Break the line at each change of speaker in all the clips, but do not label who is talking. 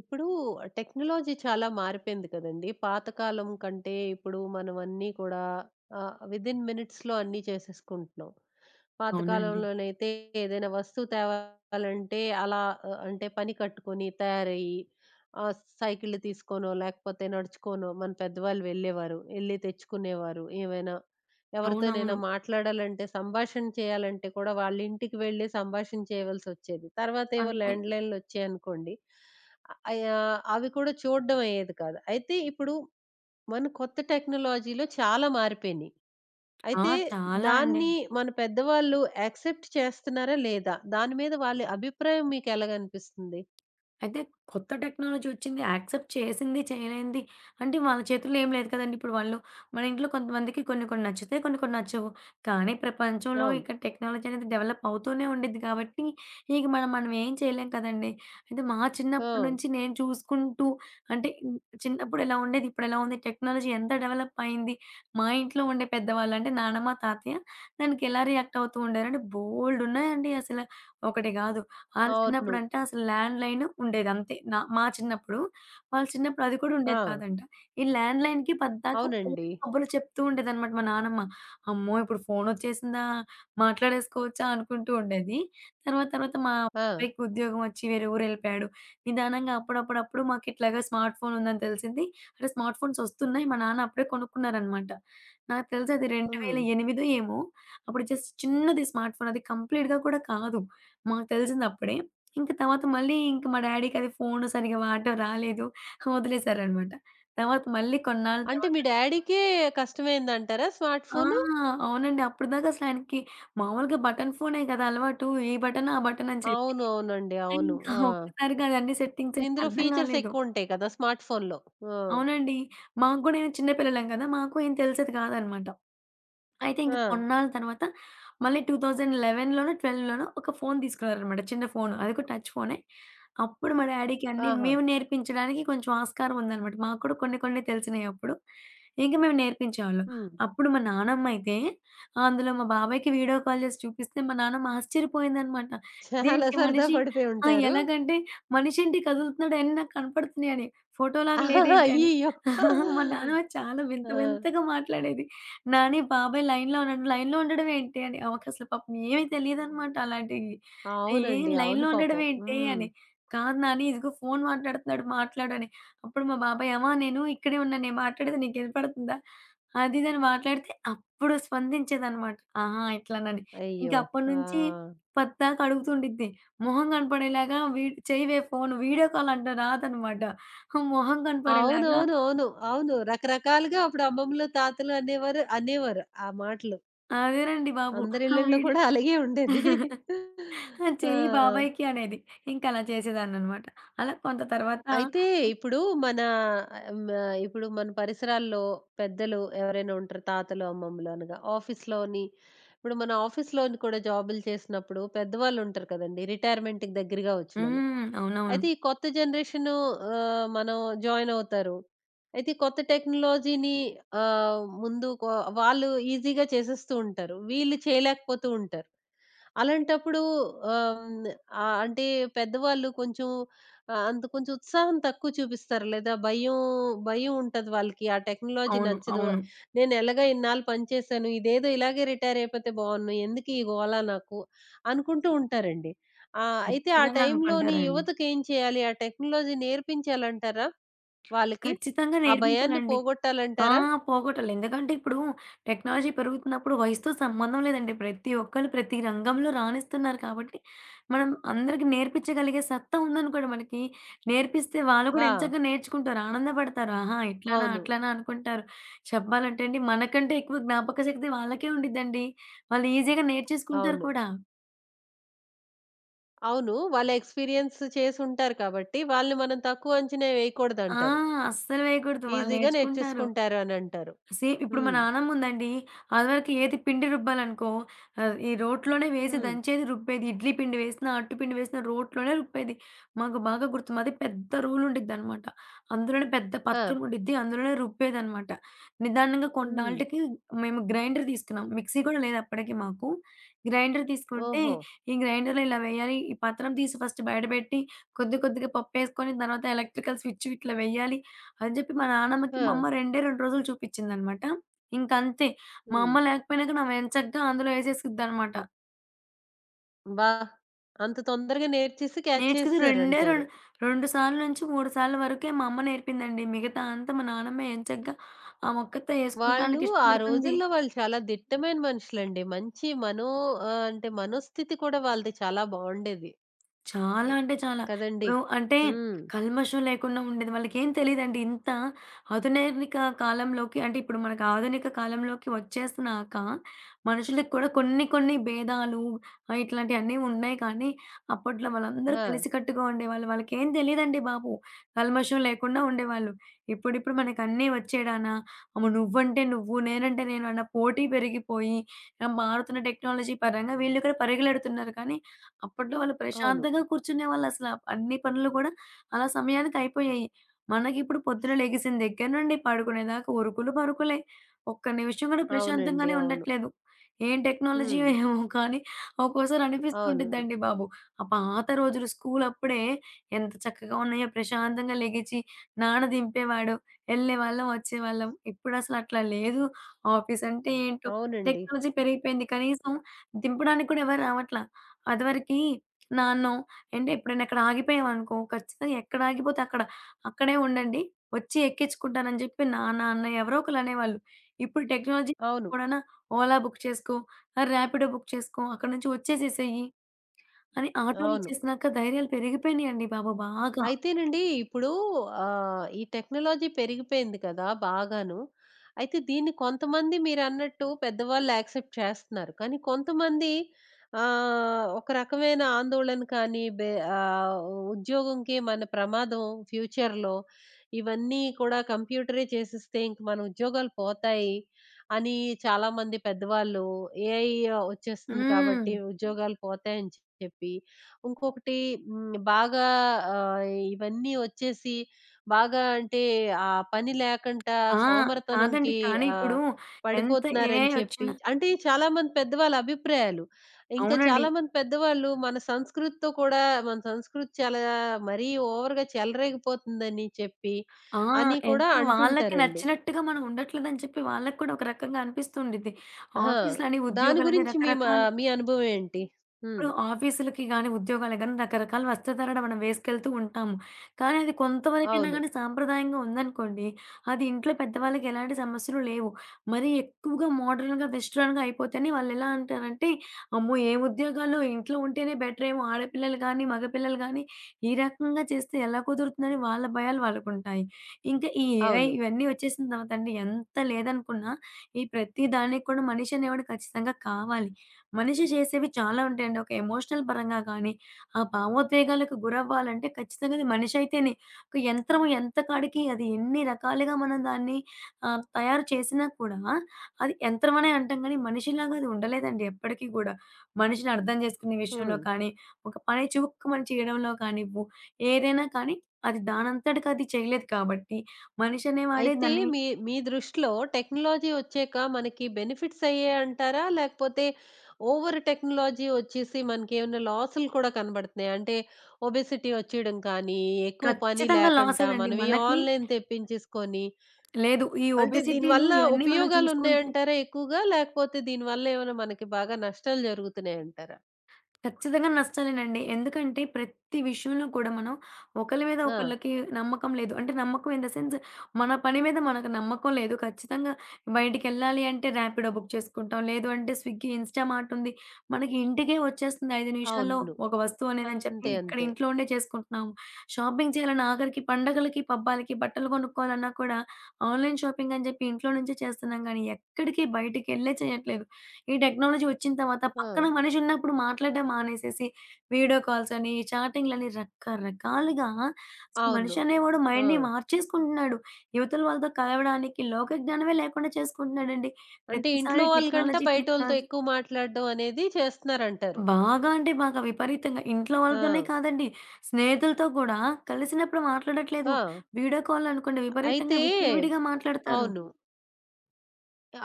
ఇప్పుడు టెక్నాలజీ చాలా మారిపోయింది కదండీ! పాతకాలం కంటే ఇప్పుడు మనం అన్నీ కూడా వితిన్ మినిట్స్‌లో అన్నీ చేసేసుకుంటున్నాం.
అవునండి.
పాతకాలంలోనైతే ఏదైనా వస్తువు తేవాలంటే అలా అంటే పని కట్టుకొని తయారయ్యి ఆహ్, సైకిళ్ళు తీసుకోనో, లేకపోతే నడుచుకోనో మన పెద్దవాళ్ళు వెళ్ళేవారు. ఎళ్లి తెచ్చుకునేవారు ఏమైనా. ఎవరితోనైనా
అవునవును.
మాట్లాడాలంటే, సంభాషణ చేయాలంటే కూడా వాళ్ళ ఇంటికి వెళ్ళి సంభాషణ చేయవలసొచ్చేది. తర్వాతేవో
అంతే.
ల్యాండ్‌లైన్‌లొచ్చాయనుకోండి, అవి కూడా చూడడం అయ్యేది కాదు. అయితే ఇప్పుడు మన కొత్త టెక్నాలజీలో చాలా మారిపోయినియి.
ఆ!
అయితే
చాలా అండి.
దాన్ని మన పెద్దవాళ్ళు యాక్సెప్ట్ చేస్తున్నారా లేదా? దాని మీద వాళ్ళ అభిప్రాయం మీకెలాగనిపిస్తుంది?
అయితే కొత్త టెక్నాలజీ వచ్చింది. యాక్సెప్ట్ చేసింది, చేయలేనిది అంటే వాళ్ళ చేతుల్లో ఏం లేదు కదండీ! ఇప్పుడు వాళ్ళు మన ఇంట్లో కొంతమందికి కొన్ని కొన్ని నచ్చుతాయి. కొన్ని కొన్ని నచ్చవు. కానీ ప్రపంచంలో
అవును.
ఇక టెక్నాలజీ అనేది డెవలప్ అవుతూనే ఉండిద్ది కాబట్టి ఇక మనం మనం ఏం చేయలేం కదండీ! అయితే మా
ఆ!
చిన్నప్పటి నుంచి నేను చూసుకుంటూ అంటే చిన్నప్పుడు ఎలా ఉండేది, ఇప్పుడెలా ఉంది, టెక్నాలజీ ఎంత డెవలప్ అయింది, మా ఇంట్లో ఉండే పెద్దవాళ్ళు అంటే నానమ్మ, తాతయ్య దానికి ఎలా రియాక్ట్ అవుతూ ఉండారంటే బోలెడున్నాయండి అసల. ఒకటి కాదు. ఆళ్ళ
అవును.
చిన్నప్పుడంటే అసలు ల్యాండ్‌లైన్ ఉండేది అంతే. మా చిన్నప్పుడు. వాళ్ళ చిన్నప్పుడు అది కూడా
ఆ!
ఉండేది కాదంట. ఈ ల్యాండ్‌లైన్‌కి పద్దాక ఓ
అవునండి.
కబుర్లు చెప్తూ ఉండేదనమాట మా నానమ్మ. అమ్మో! ఇప్పుడు ఫోనొచ్చేసిందా? మాట్లాడేసుకోవచ్చా? అనుకుంటూ ఉండేది. తర్వాత తర్వాత మా
ఆ!
అబ్బాయికి ఉద్యోగం వచ్చి వేరే ఊరెళ్ళిపోయాడు. నిదానంగా అప్పుడప్పుడప్పుడు మాకిట్లాగా స్మార్ట్ ఫోన్ ఉందని తెలిసింది. అంటే స్మార్ట్ ఫోన్స్ వస్తున్నాయి. మా నాన్న అప్పుడే కొనుక్కున్నారనమాట. నాకు తెలిసి అది
హ్మ్.
2008 ఏమో! అప్పుడు జస్ట్ చిన్నది స్మార్ట్ ఫోన్. అది కంప్లీట్‌గా కూడా కాదు. మాకు తెలిసిందప్పుడే. ఇంక తర్వాత మళ్ళీ ఇంక మా డ్యాడీకది ఫోను సరిగ్గా వాడటం రాలేదు. వదిలేశారనమాట. తర్వాత మళ్ళీ కొన్నాళ్ళ
అంటే
తర్వాత
మీ డ్యాడీకే కష్టమైందంటారా స్మార్ట్
ఆ!
ఫోను?
అవునండి. అప్పటిదాకా అసలాయనకి మామూలుగా బటన్ ఫోనే కదా అలవాటు. ఈ బటన్, ఆ బటన్ అని చెప్పి
అవును. అవునండి. అవును.
ఇంకా
ఆ!
ఒక్కసారిగా అదన్నీ సెట్టింగ్స్
ఇందులో
అర్థం
ఫీచర్స్
కాలేదు.
ఎక్కువుంటాయి కదా! స్మార్ట్ ఫోన్‌లో. ఆ!
అవునండి. మాకు గూడా చిన్న పిల్లలం కదా! మాకు ఏం తెలిసేది కాదనమాట. అయితే ఇంక
ఆ!
కొన్నాళ్ళ తర్వాత మళ్ళీ 2011లోనో, 12లోనో ఒక ఫోను తీసుకున్నారనమాట. చిన్న ఫోను. అది కూడా టచ్ ఫోనే. అప్పుడు మా డ్యాడీకి అన్నీ
ఆహా!
మేము నేర్పించడానికి కొంచెం ఆస్కారం ఉందనమాట. మాకు కూడా కొన్ని కొన్ని తెలిసినయి అప్పుడు. ఇంక మేము నేర్పించేవాళ్ళం.
హ్మ్.
అప్పుడు మా నానమ్మ అయితే అందులో మా బాబాయ్‌కి వీడియో కాల్ చేసి చూపిస్తే మా నానమ్మ ఆశ్చర్యపోయిందనమాట.
చాలా
ఇదేంటి
సరదా
మనిషి?
పడిపోయి
ఆ!
ఉంటారు.
ఎలాగంటే మనిషేంటి కదులుతున్నాడు అయన్నీ నాకు కనపడుతున్నాయని. ఫోటోలాగా
ఆహాహా!
లేదేంటి అని.
అయ్యయ్యో!
మా నానమ్మ చాలా వింత
ఆ!
వింతగా మాట్లాడేది. నాని బాబాయ్ లైన్‌లో ఉండండి. లైన్‌లో ఉండడం ఏంటి అని ఆమెకసలు పాపం ఏమి తెలీదనమాట అలాంటియి. ఏం
అవునండి. అవును
లైన్‌లో ఉండడం
పాపం.
ఏంటి
హ్మ్.
అని. కాదు నాని ఇదిగో ఫోను మాట్లాడుతున్నాడు మాట్లాడు అని. అప్పుడు మా బాబాయ్ అమ్మ నేను ఇక్కడే ఉన్నాను. నేను మాట్లాడేది నీకు వినపడుతుందా? అది ఇది అని మాట్లాడితే అప్పుడు స్పందించేదనమాట. ఆహా! ఇట్లానని. ఇంక
అయ్యో! ఆ!
అప్పటినుంచి పద్దాక అడుగుతుండిద్ది. మొహం కనపడేలాగా చెయ్యి వే ఫోను వీడియో కాల్ అంట రాదనమాట. మొహం కనపడేలాగా
అవునవును. అవును. అవును. రకరకాలుగా అప్పుడు అమ్మమ్మలు, తాతలు అనేవారు అనేవారు ఆ మాటలు.
అదేనండి బాబు.
అందరి
ఆ!
ఇళ్ళల్లో
వీడియో
కూడా అలాగే ఉండేది.
ఆ! చెయ్యి
ఆ!
బాబాయికి అనేది. ఇంకలా చేసేదాన్ననమాట. అలా కొంత తర్వాత
అయితే ఇప్పుడు మన పరిసరాల్లో పెద్దలు ఎవరైనా ఉంటారు. తాతలు, అమ్మమ్మలు అనగా ఆఫీస్‌లోని ఇప్పుడు మన ఆఫీస్‌లోని కూడా జాబులు చేసినప్పుడు పెద్దవాళ్ళు ఉంటారు కదండీ! రిటైర్మెంట్‌కి దగ్గరగా వచ్చినోళ్ళు.
హ్మ్. అవునవును.
అయితే ఈ కొత్త జనరేషను మనం జాయిన్ అవుతారు. అయితే ఈ కొత్త టెక్నాలజీని ముందు వాళ్ళు ఈజీగా చేసేస్తూ ఉంటారు. వీళ్ళు చేయలేకపోతూ ఉంటారు. అలాంటప్పుడు ఆహ్, హ్మ్. అంటే పెద్దవాళ్ళు కొంచెం అంత కొంచెం ఉత్సాహం తక్కువ చూపిస్తారు. లేదా భయం, భయం ఉంటది వాళ్ళకి. ఆ టెక్నాలజీ
అవును.
నచ్చదు.
అవును.
నేను ఎలాగో ఇన్నాళ్ళు పనిచేశాను. ఇదేదో ఇలాగే రిటైర్ అయిపోతే బావున్ను. ఎందుకు ఈ గోల నాకు అనుకుంటూ ఉంటారండి. అయితే ఆ
ఖచ్చితంగా
టైంలోని
అనుకుంటారండి.
యువతకేం చేయాలి? ఆ టెక్నాలజీ నేర్పించాలంటారా వాళ్ళకి?
ఖచ్చితంగా
ఆ భయాన్ని
నేర్పించాలండి. ఆ!
పోగొట్టాలంటారా?
పోగొట్టాలి. ఎందుకంటే ఇప్పుడు టెక్నాలజీ పెరుగుతున్నప్పుడు వయసుతో సంబంధం లేదండి. ప్రతి ఒక్కళ్ళు ప్రతి రంగంలో రాణిస్తున్నారు కాబట్టి, మనం అందరికి నేర్పించగలిగే సత్తా ఉందనుకోండి మనకి. నేర్పిస్తే వాళ్ళు కూడా
ఆ!
ఎంచక్కా నేర్చుకుంటారు. ఆనందపడతారు. ఆహా! ఇట్లానా?
అవును.
అట్లానా? అనుకుంటారు. చెప్పాలంటే అండి మనకంటే ఎక్కువ జ్ఞాపక శక్తి వాళ్ళకే ఉండిద్దండి. వాళ్ళు ఈజీగా నేర్చేసుకుంటారు
అవును.
కూడా.
అవును. వాళ్ళ ఎక్స్‌పీరియన్స్ చేసుంటారు కాబట్టి, వాళ్ళని మనం తక్కువ అంచనా
ఆ!
వేయకూడదంటారు.
అస్సలు వేయకూడదు. వాళ్ళు
ఈజీగా
నేర్చుకుంటారు.
నేర్చేసుకుంటారు అనంటారు.
సేమ్ ఇప్పుడు మా
హ్మ్.
నానమ్ముందండి, అదివరకు ఏది పిండి రుబ్బాలనుకో ఈ రోట్లోనే వేసి
హ్మ్.
దంచేది రుబ్బేది. ఇడ్లీ పిండి వేసినా, అట్టు పిండి వేసినా రోట్లోనే రుబ్బేది. మాకు బాగా గుర్తు. మాది పెద్ద రోలు ఉండిద్దనమాట. అందులోనే పెద్ద
ఆ!
పత్రం ఉండిద్ది. అందులోనే రుబ్బేదనమాట. నిదానంగా
హ్మ్.
కొన్నాళ్ళకి మేము గ్రైండర్ తీసుకున్నాం. మిక్సీ కూడా లేదు అప్పటికి మాకు. గ్రైండర్ తీసుకుంటే,
ఓహో!
ఈ గ్రైండర్‌లో ఇలా వేయాలి. ఈ పత్రం తీసి ఫస్ట్ బయటపెట్టి కొద్ది కొద్దిగా పప్పేసుకొని తర్వాత ఎలక్ట్రికల్ స్విచ్ ఇట్లా వెయ్యాలి. అని జెప్పి మా
ఆ!
నానమ్మకి, మా అమ్మ రెండే 2 రోజులు చూపిచ్చిందనమాట. ఇంకంతే. మా
హ్మ్.
అమ్మ లేకపోయినాక నా ఎంచక్కా అందులో ఏసేసిద్దనమాట.
బా! అంత తొందరగా నేర్చేసి క్యాచ్
నేర్చుకుంది రెండే రెం
చేసేసారంటారు.
2 సార్లు నుంచి 3 సార్లు వరకే మా అమ్మ నేర్పిందండి. మిగతా అంతా మా నానమ్మే ఎంచక్కా ఆమొక్కతే
వాళ్ళు
యేసుకుంటానికి
ఆ
ఇష్టపడుతుంది.
రోజుల్లో వాళ్ళు చాలా దిట్టమైన మనుషులండి. మంచి అంటే మనోస్థితి కూడా వాళ్ళది చాలా బావుండేది. ఎ
చాలా అంటే చాలా.
కదండీ!
ఇప్పుడు అంటే
హ్మ్.
కల్మషం లేకుండా ఉండేది. వాళ్ళకేం తెలీదండి. ఇంత ఆధునిక కాలంలోకి అంటే ఇప్పుడు మనకు ఆధునిక కాలంలోకి వచ్చేసినాక మనుషులకి కూడా కొన్ని కొన్ని భేదాలు ఇట్లాంటియన్నీ ఉన్నాయి కానీ అప్పట్లో వాళ్ళందరూ
ఆ!
కలిసికట్టుగా ఉండేవాళ్ళు. వాళ్ళకేం తెలీదండి బాబు. కల్మషం లేకుండా ఉండేవాళ్ళు. ఇప్పుడిప్పుడు మనకు అన్నీ వచ్చేయడానా అమ్మ నువ్వంటే నువ్వు, నేనంటే నేను అన్న పోటీ పెరిగిపోయి మారుతున్న టెక్నాలజీ పరంగా వీళ్ళు కూడా పరిగెలెడుతున్నారు కానీ అప్పట్లో వాళ్ళు
అవును.
ప్రశాంతంగా కూర్చునేవాళ్ళసల. అన్ని పనులు కూడా అలా సమయానికి అయిపోయాయి. మనకిప్పుడు పొద్దున లెగిసిన దగ్గర నుండి పడుకునేదాకా ఉరుకులు, పరుకులే. ఒక్క నిమిషం కూడా
అవునండి.
ప్రశాంతంగానే
అవును.
ఉండట్లేదు. ఏం
హ్మ్.
టెక్నాలజీయో ఏమో కానీ ఒక్కోసారి అనిపిస్తూ
అవును.
ఉండిద్దండి బాబు. ఆ పాత రోజులు స్కూలప్పుడే ఎంత చక్కగా ఉన్నాయో ప్రశాంతంగా లెగిచి నాన్న దింపేవాడు. ఎళ్ళేవాళ్ళం, వచ్చేవాళ్ళం. ఇప్పుడసలు అట్లా లేదు. ఆఫీసంటే ఏంటో
అవునండి.
టెక్నాలజీ పెరిగిపోయింది. కనీసం దింపడానికి కూడా ఎవరు రావట్లా. అదివరకి నాన్నో, అంటే ఎప్పుడైనా అక్కడ ఆగిపోయామనుకో ఖచ్చితంగా ఎక్కడ ఆగిపోతే అక్కడ, "అక్కడే ఉండండి, వచ్చి ఎక్కించుకుంటానని" చెప్పి నాన్న, అన్నయ్య ఎవరో ఒకళ్ళు అనేవాళ్ళు. ఇప్పుడు టెక్నాలజీ
అవును.
కూడానా ఓలా బుక్ చేసుకో, ర్యాపిడో బుక్ చేసుకో, అక్కడి నుంచి వచ్చేసేసేయి అని
అవును.
ఆటోలొచ్చేసినాక ధైర్యాలు పెరిగిపోయినాయండి బాబు బాగా.
అయితేనండి ఇప్పుడు ఈ టెక్నాలజీ పెరిగిపోయింది కదా! బాగాను. అయితే దీన్ని కొంతమంది మీరన్నట్టు పెద్దవాళ్ళు యాక్సెప్ట్ చేస్తున్నారు. కానీ కొంతమంది ఒక రకమైన ఆందోళన కానీ ఆహ్, ఉద్యోగంకి మన ప్రమాదం ఫ్యూచర్‌లో ఇవన్నీ కూడా కంప్యూటరే చేసిస్తే ఇంక మన ఉద్యోగాలు పోతాయి అని చాలామంది పెద్దవాళ్ళు ఏఐ వచ్చేస్తుంది
హ్మ్.
కాబట్టి ఉద్యోగాలు పోతాయని చెప్పి ఇంకొకటి బాగా ఆహ్, ఇవన్నీ ఒచ్చేసి బాగా అంటే ఆ పని లేకుండా
ఆ! కాదండి.
సోమరితనంకి
కానీ
ఆహ్,
ఇప్పుడు ఎంత
పడిపోతున్నారని
ఏఐ
చెప్పి
వచ్చినా
అంటే చాలా మంది పెద్దవాళ్ళ అభిప్రాయాలు. ఇంకా
అవునండి.
చాలా మంది పెద్దవాళ్ళు మన సంస్కృతితో కూడా మన సంస్కృతి చాలా మరీ ఓవర్‌గా చెలరేగిపోతుందని చెప్పి
ఆ!
అని కూడా
అంటే వాళ్ళకి
అంటుంటారండి.
నచ్చినట్టుగా మనం ఉండట్లేదని చెప్పి వాళ్ళకి కూడా ఒక రకంగా అనిపిస్తూ ఉండిద్ది.
ఆ!
ఆఫీస్‌లని,
దాని
ఉద్యోగాలని
గురించి
రకరకాల
మీ అనుభవం ఏంటి? హ్మ్.
ఇప్పుడు ఆఫీసులకి గాని, ఉద్యోగాలకు గాని రకరకాల వస్త్రధారణ మనం వేసుకెళ్తూ ఉంటాము. కానీ అది కొంతవరకైనా
అవును.
గానీ సాంప్రదాయంగా ఉందనుకోండి, అది ఇంట్లో పెద్దవాళ్ళకి ఎలాంటి సమస్యలు లేవు. మరీ ఎక్కువగా మోడర్న్‌గా, వెస్టర్న్‌గా అయిపోతేనే వాళ్ళెలా అంటారంటే, "అమ్మో! ఏ ఉద్యోగాలు ఇంట్లో ఉంటేనే బెటరేమో ఆడపిల్లలు గానీ, మగపిల్లలు గానీ ఈ రకంగా చేస్తే ఎలా కుదురుతుందని" వాళ్ళ భయాలు వాళ్ళకుంటాయి. ఇంకా ఈ ఏఐ
అవును.
ఇవన్నీ వచ్చేసిన తర్వాత అండి ఎంత లేదనుకున్నా, ఈ ప్రతి దానికి కూడా మనిషి అనేవాడు ఖచ్చితంగా కావాలి. మనిషి చేసేవి చాలా ఉంటాయండి. ఒక ఎమోషనల్ పరంగా కానీ, ఆ భావోద్వేగాలకు గురవ్వాలంటే ఖచ్చితంగా అది మనిషి అయితేనే. ఒక యంత్రం ఎంత కాడికి అది ఎన్ని రకాలుగా మనం దాన్ని తయారు చేసినా కూడా అది యంత్రం అనే అంటాం కానీ, మనిషిలాగా అది ఉండలేదండి ఎప్పటికి గూడా. మనిషిని అర్థం చేసుకునే
హ్మ్.
విషయంలో కానీ, ఒక పని చురుక్కుమని చేయడంలో కానివ్వు, ఏదైనా కానీ అది దానంతటికి అది చేయలేదు కాబట్టి, మనిషి అనేవాడే
అయితే
దాన్ని
మీ మీ దృష్టిలో టెక్నాలజీ వచ్చాక మనకి బెనిఫిట్స్ అయ్యాయి అంటారా? లేకపోతే ఓవర్ టెక్నాలజీ వచ్చేసి మనకేమన్నా లాసులు కూడా కనబడుతున్నాయా? అంటే ఒబెసిటీ వచ్చేయడం కానీ, ఎక్కువ పని
ఖచ్చితంగా
లేకుండా
లాసేనండి.
మనం ఈ
మనకి
ఆన్‌లైన్ తెప్పించేసుకొని
లేదు. ఈ
అంటే
ఒబెసిటీలు
దీనివల్ల
ఇవన్నీ మనం చూసుకుంటే
ఉపయోగాలున్నాయంటారా ఎక్కువగా? లేకపోతే దీనివల్ల ఏమైనా మనకి బాగా నష్టాలు జరుగుతున్నాయంటారా?
ఖచ్చితంగా నష్టాలేనండి. ఎందుకంటే ప్రతి విషయంలో కూడా మనం ఒకళ్ళ మీద
ఆ!
ఒకళ్ళకి నమ్మకం లేదు. అంటే నమ్మకం ఇన్ ద సెన్స్ మన పని మీద మనకు నమ్మకం లేదు. ఖచ్చితంగా బయటికెళ్ళాలి అంటే ర్యాపిడో బుక్ చేసుకుంటాం. లేదు అంటే స్విగ్గీ, ఇన్‌స్టామార్ట్ ఉంది. మనకి ఇంటికే వచ్చేస్తుంది 5 నిమిషాల్లో
అవును.
ఒక వస్తువు అనేదని చెప్పి
అంతే.
ఇక్కడ
అంతే.
ఇంట్లో ఉండే చేసుకుంటున్నాము. షాపింగ్ చేయాలన్నా ఆఖరికి పండగలకి, పబ్బాలకి బట్టలు కొనుక్కోవాలన్నా కూడా ఆన్‌లైన్ షాపింగ్ అని చెప్పి ఇంట్లో నుంచే చేస్తున్నాం గానీ ఎక్కడికి బయటికెళ్ళే చేయట్లేదు. ఈ టెక్నాలజీ వచ్చిన తర్వాత పక్కన
ఆ!
మనిషి ఉన్నప్పుడు మాట్లాడడం మానేసేసి, వీడియో కాల్స్ అని, చాటింగ్‌లని రకరకాలుగా అసలు
అవును.
మనిషి అనేవాడు
ఆ!
మైండ్‌ని మార్చేసుకుంటున్నాడు. యువతల వాళ్ళతో కలవడానికి లోక జ్ఞానమే లేకుండా చేసుకుంటున్నాడండి.
అంటే ఇంట్లో
ప్రతిసారి
వాళ్ళ కంటే
టెక్నాలజీ,
బయటోళ్ళతో
టెక్నాలజీ
ఎక్కువ మాట్లాడడం అనేది చేస్తున్నారంటారు.
బాగా అంటే బాగా విపరీతంగా ఇంట్లో
ఆ!
వాళ్ళతోనే కాదండి, స్నేహితులతో కూడా కలిసినప్పుడు
ఆ!
మాట్లాడట్లేదు. వీడియో కాల్ అనుకోండి
అయితే
విపరీతంగా విచ్చలవిడిగా మాట్లాడతారు.
అవును.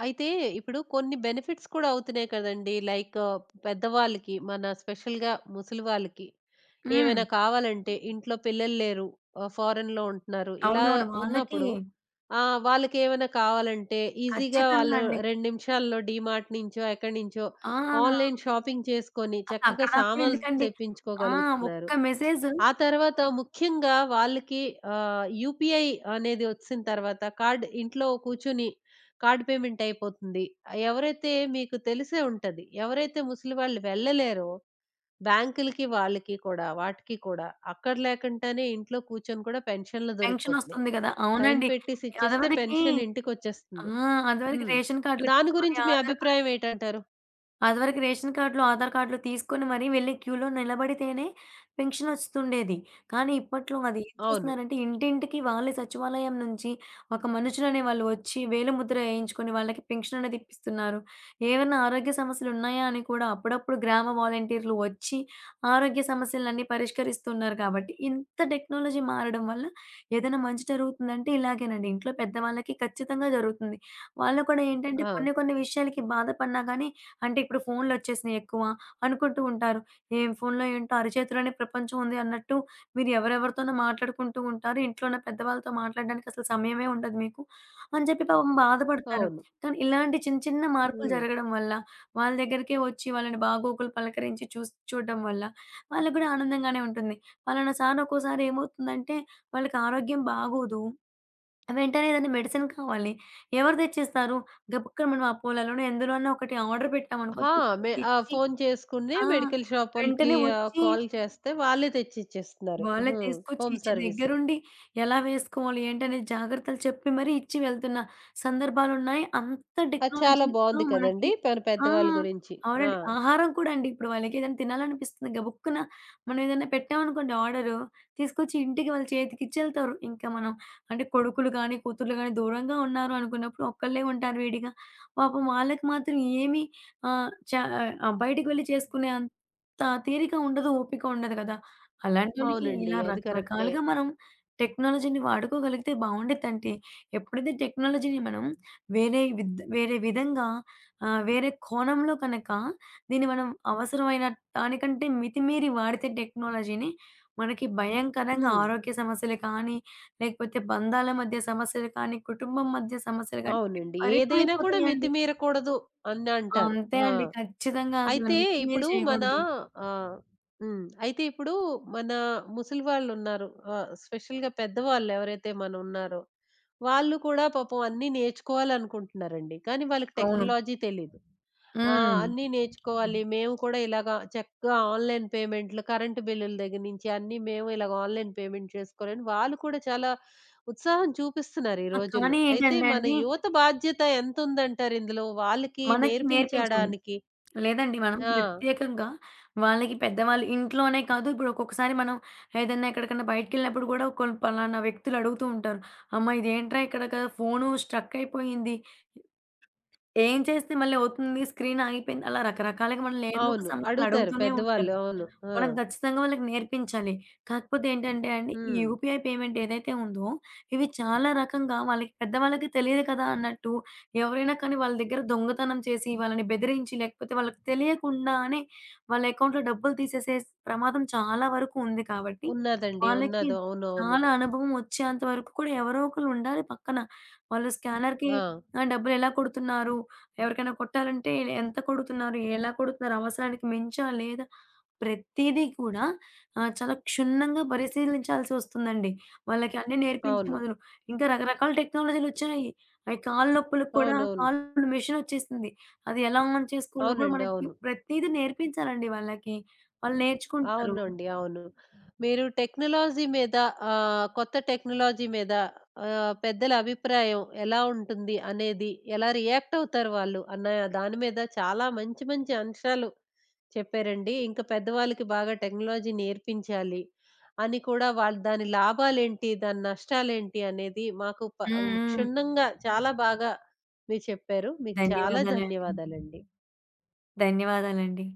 అయితే ఇప్పుడు కొన్ని బెనిఫిట్స్ కూడా అవుతున్నాయి కదండీ. లైక్ పెద్దవాళ్ళకి, మన స్పెషల్‌గా ముసలి వాళ్ళకి
హ్మ్.
ఏమైనా కావాలంటే ఇంట్లో పిల్లలు లేరు, ఫారెన్‌లో ఉంటున్నారు. ఇలా
అవునవును. వాళ్ళకి
ఉన్నప్పుడు వాళ్ళకేమైనా కావాలంటే ఈజీగా
ఖచ్చితంగా
వాళ్ళు
అండి.
2 నిమిషాల్లో డీమార్ట్ నుంచో, ఎక్కడి నుంచో
ఆ!
ఆన్‌లైన్ షాపింగ్ చేసుకొని చక్కగా
అసలక్కడ దాకా కూడా
సామాన్లు
ఎందుకండి? ఆ!
తెప్పించుకోగలుగుతున్నారు.
ఒక్క మెసేజు
ఆ తర్వాత ముఖ్యంగా వాళ్ళకి యూపీఐ అనేది వచ్చిన తర్వాత కార్డ్ ఇంట్లో కూర్చొని కార్డ్ పేమెంట్ అయిపోతుంది. ఎవరైతే మీకు తెలిసే ఉంటది. ఎవరైతే ముసలి వాళ్ళు వెళ్ళలేరో బ్యాంకులకి, వాళ్ళకి కూడా, వాటికి కూడా అక్కడ లేకుండానే ఇంట్లో కూర్చొని కూడా పెన్షన్‌లు దొరికిపోతున్నాయి.
పెన్షనొస్తుంది గదా!
సైన్
అవునండి.
పెట్టేసి ఇచ్చేస్తే
అదవరికి
పెన్షన్
ఆ!
ఇంటికొచ్చేస్తుంది.
అదవరికి
హ్మ్.
రేషన్ కార్డులు
దాని
తీసుకొని,
గురించి మీ
ఆధార్ కార్డ్
అభిప్రాయం ఏటంటారు?
అదివరకు రేషన్ కార్డులు, ఆధార్ కార్డులు తీసుకొని మరీ వెళ్లి క్యూలో నిలబడితేనే పెన్షన్ వస్తుండేది. కానీ ఇప్పట్లో అది ఏం
అవును.
చేస్తున్నారంటే ఇంటింటికి వాళ్ళే సచివాలయం నుంచి ఒక మనుషులనే వాళ్ళు వచ్చి వేలిముద్ర ఏయించుకొని వాళ్ళకి పెన్షన్ అనేది ఇప్పిస్తున్నారు. ఏవన్నా ఆరోగ్య సమస్యలున్నాయా అని కూడా అప్పుడప్పుడు గ్రామ వాలంటీర్లు వచ్చి ఆరోగ్య సమస్యలన్నీ పరిష్కరిస్తున్నారు కాబట్టి ఇంత టెక్నాలజీ మారడం వల్ల ఏదైనా మంచి జరుగుతుందంటే ఇలాగేనండి. ఇంట్లో పెద్దవాళ్ళకి ఖచ్చితంగా జరుగుతుంది. వాళ్ళు కూడా ఏంటంటే
ఆ!
కొన్ని కొన్ని విషయాలకి బాధపడినా గానీ అంటే ఇప్పుడు ఫోన్‌లొచ్చేసినియి ఎక్కువ అనుకుంటూ ఉంటారు. ఏం ఫోన్‌లో ఏంటో అరచేతిలోనే ప్రపంచం ఉంది అన్నట్టు మీరు ఎవరెవరితోనో మాట్లాడుకుంటూ ఉంటారు. ఇంట్లో ఉన్న పెద్దవాళ్ళతో మాట్లాడడానికి అసలు సమయమే ఉండదు మీకు అని చెప్పి పాపం బాధపడతారు.
అవును.
కానీ ఇలాంటి చిన్న చిన్న మార్పులు
హ్మ్.
జరగడం వల్ల వాళ్ళ దగ్గరికే వచ్చి వాళ్ళని బాగోగులు పలకరించి చూడడం వల్ల వాళ్ళకి కూడా ఆనందంగానే ఉంటుంది. పలానాసారి ఒక్కోసారి ఏమవుతుందంటే వాళ్ళకి ఆరోగ్యం బాగోదు. వెంటనే ఏదైనా మెడిసిన్ కావాలి. ఎవరు తెచ్చిస్తారు? గబుక్కన మనం అపోలోలోనో, ఎందులోనో ఒకటి ఆర్డర్ పెట్టామనుకో
ఆ! మె
తీసుకొచ్చి
ఆ!
ఇచ్చి
ఫోను చేసుకుని
ఆ!
మెడికల్ షాపోళ్ళకి
వెంటనే వచ్చి
కాల్ చేస్తే వాళ్ళే తెచ్చిచ్చేస్తున్నారు.
వాళ్ళే
హ్మ్.
తీసుకొచ్చి
హోమ్
ఇచ్చే
సర్వీసు.
దగ్గరుండి ఎలా వేసుకోవాలి, ఏంటనే జాగ్రత్తలు చెప్పి మరీ ఇచ్చి వెళ్తున్న సందర్భాలున్నాయి. అంత
అది చాలా
టెక్నాలజీలో
బావుంది
మనకి
కదండీ! మన
ఆ!
పెద్దవాళ్ళ గురించి. ఆ!
అవునండి. ఆహారం కూడా అండి. ఇప్పుడు వాళ్ళకేదైనా తినాలనిపిస్తుంది గబుక్కున మనం ఏదైనా పెట్టామనుకోండి ఆర్డరు, తీసుకొచ్చి ఇంటికి వాళ్ళ చేతికి ఇచ్చేళ్తారు. ఇంకా మనం అంటే కొడుకులు గానీ, కూతుర్లు గానీ దూరంగా ఉన్నారు అనుకున్నప్పుడు ఒక్కళ్ళే ఉంటారు విడిగా. పాపం వాళ్ళకి మాత్రం ఏమి ఆహ్, చ బయటికి వెళ్లి చేసుకునే అంత తీరిక ఉండదు, ఓపిక ఉండదు కదా! అలాంటోళ్ళకి
అవునండి.
ఇలా
అది కరెక్టే.
రకరకాలుగా మనం టెక్నాలజీని వాడుకోగలిగితే బావుండిద్దంటే, ఎప్పుడైతే టెక్నాలజీని మనం వేరే విధంగా వేరే కోణంలో కనక దీన్ని మనం అవసరమైన దానికంటే మితిమీరి వాడితే టెక్నాలజీని, మనకి భయంకరంగా
హ్మ్.
ఆరోగ్య సమస్యలు కానీ, లేకపోతే బంధాల మధ్య సమస్యలు కానీ, కుటుంబం మధ్య సమస్యలు కానీ
అవునండి. ఏదైనా కూడా
విపరీతమైపోతాయండి.
మితిమీరకూడదు అని అంటారు.
అంతే
ఆ!
అండి. ఖచ్చితంగా అసలు
అయితే
మితిమీరి
ఇప్పుడు మన
చేయకూడదు.
ఆహ్, హ్మ్. అయితే ఇప్పుడు మన ముసలి వాళ్ళున్నారు. స్పెషల్‌గా పెద్దవాళ్ళు ఎవరైతే మనవున్నారో, వాళ్ళు కూడా పాపం అన్నీ నేర్చుకోవాలనుకుంటున్నారండి. కానీ వాళ్ళకి
అవును.
టెక్నాలజీ తెలీదు. ఆ!
హ్మ్.
అన్నీ నేర్చుకోవాలి. మేము కూడా ఇలాగ చక్కగా ఆన్‌లైన్ పేమెంట్‌లు, కరెంట్ బిల్లుల దగ్గర నుంచి అన్నీ మేము ఇలాగ ఆన్‌లైన్ పేమెంట్ చేసుకోవాలని వాళ్ళు కూడా చాలా ఉత్సాహం చూపిస్తున్నారు ఈ
ఆ!
రోజుల్లో.
కానీ
అయితే
ఏంటంటే
మన
అండి
యువత బాధ్యత ఎంతుందంటారు ఇందులో? వాళ్ళకి
మనకి నేర్పించాలి.
నేర్పించడానికి?
లేదండి మనం
ఆ!
ప్రత్యేకంగా వాళ్ళకి పెద్దవాళ్ళు ఇంట్లోనే కాదు, ఇప్పుడు ఒక్కొక్కసారి మనం ఏదన్నా ఎక్కడికన్నా బయటికెళ్ళినప్పుడు గూడా, కొన్ని పలానా వ్యక్తులు అడుగుతూ ఉంటారు. అమ్మ ఇదేంట్రా ఇక్కడ కదా ఫోను స్ట్రక్ అయిపోయింది. ఏం చేస్తే మళ్ళీ అవుతుంది, స్క్రీన్ ఆగిపోయింది. అలా రకరకాలుగా మనల్ని ఏదో ఒక
అవును.
సమస్యలు
అడుగుతారు
అడుగుతూనే ఉంటారు.
పెద్దవాళ్ళు. అవును. ఆ!
మనం ఖచ్చితంగా వాళ్ళకి నేర్పించాలి. కాకపోతే ఏంటంటే అండి, ఈ
హ్మ్.
యూపీఐ పేమెంట్ ఏదైతే ఉందో, ఇవి చాలా రకంగా వాళ్ళకి పెద్దవాళ్ళకి తెలియదు కదా అన్నట్టు, ఎవరైనా కానీ వాళ్ళ దగ్గర దొంగతనం చేసి, వాళ్ళని బెదిరించి, లేకపోతే వాళ్ళకి తెలియకుండానే వాళ్ళ అకౌంట్‌లో డబ్బులు తీసేసే ప్రమాదం చాలా వరకు ఉంది కాబట్టి,
ఉన్నాదండి.
వాళ్ళకి
ఉన్నాది. అవునవును.
చాలా అనుభవం వచ్చేంత వరకు కూడా ఎవరో ఒకళ్ళు ఉండాలి పక్కన. వాళ్ళు స్కానర్‌కి
ఆ!
ఆ! డబ్బులు ఎలా కొడుతున్నారు? ఎవరికైనా కొట్టాలంటే ఎంత కొడుతున్నారు? ఎలా కొడుతున్నారు? అవసరానికి మించా? లేదా? ప్రతీదీ కూడా చాలా క్షుణ్ణంగా పరిశీలించాల్సి వస్తుందండి. వాళ్ళకి అన్నీ నేర్పించే
అవును.
బదులు. ఇంకా రకరకాల టెక్నాలజీలొచ్చాయి. అయి కాళ్ళ నొప్పులకు కూడా
అవునవును.
కాళ్ళు మెషినొచ్చేసింది. అది ఎలా ఆన్ చేసుకోవాలో కూడా
అవునండి.
మనకి
అవును.
ప్రతీదీ నేర్పించాలండి వాళ్ళకి. వాళ్ళు నేర్చుకుంటారు.
అవునండి. అవును. మీరు టెక్నాలజీ మీద కొత్త టెక్నాలజీ మీద పెద్దల అభిప్రాయం ఎలా ఉంటుంది అనేది, ఎలా రియాక్ట్ అవుతారు వాళ్ళు అన్న దాని మీద చాలా మంచి మంచి అంశాలు చెప్పారండి. ఇంకా పెద్దవాళ్ళకి బాగా టెక్నాలజీ నేర్పించాలి. అని కూడా వాళ్ళు దాని లాభాలేంటి? దాని నష్టాలేంటి? అనేది మాకు
హ్మ్. హ్మ్.
క్షుణ్ణంగా చాలా బాగా మీరు చెప్పారు. మీకు చాలా
ధన్యవాదాలండి.
ధన్యవాదాలండి.
ధన్యవాదాలండి.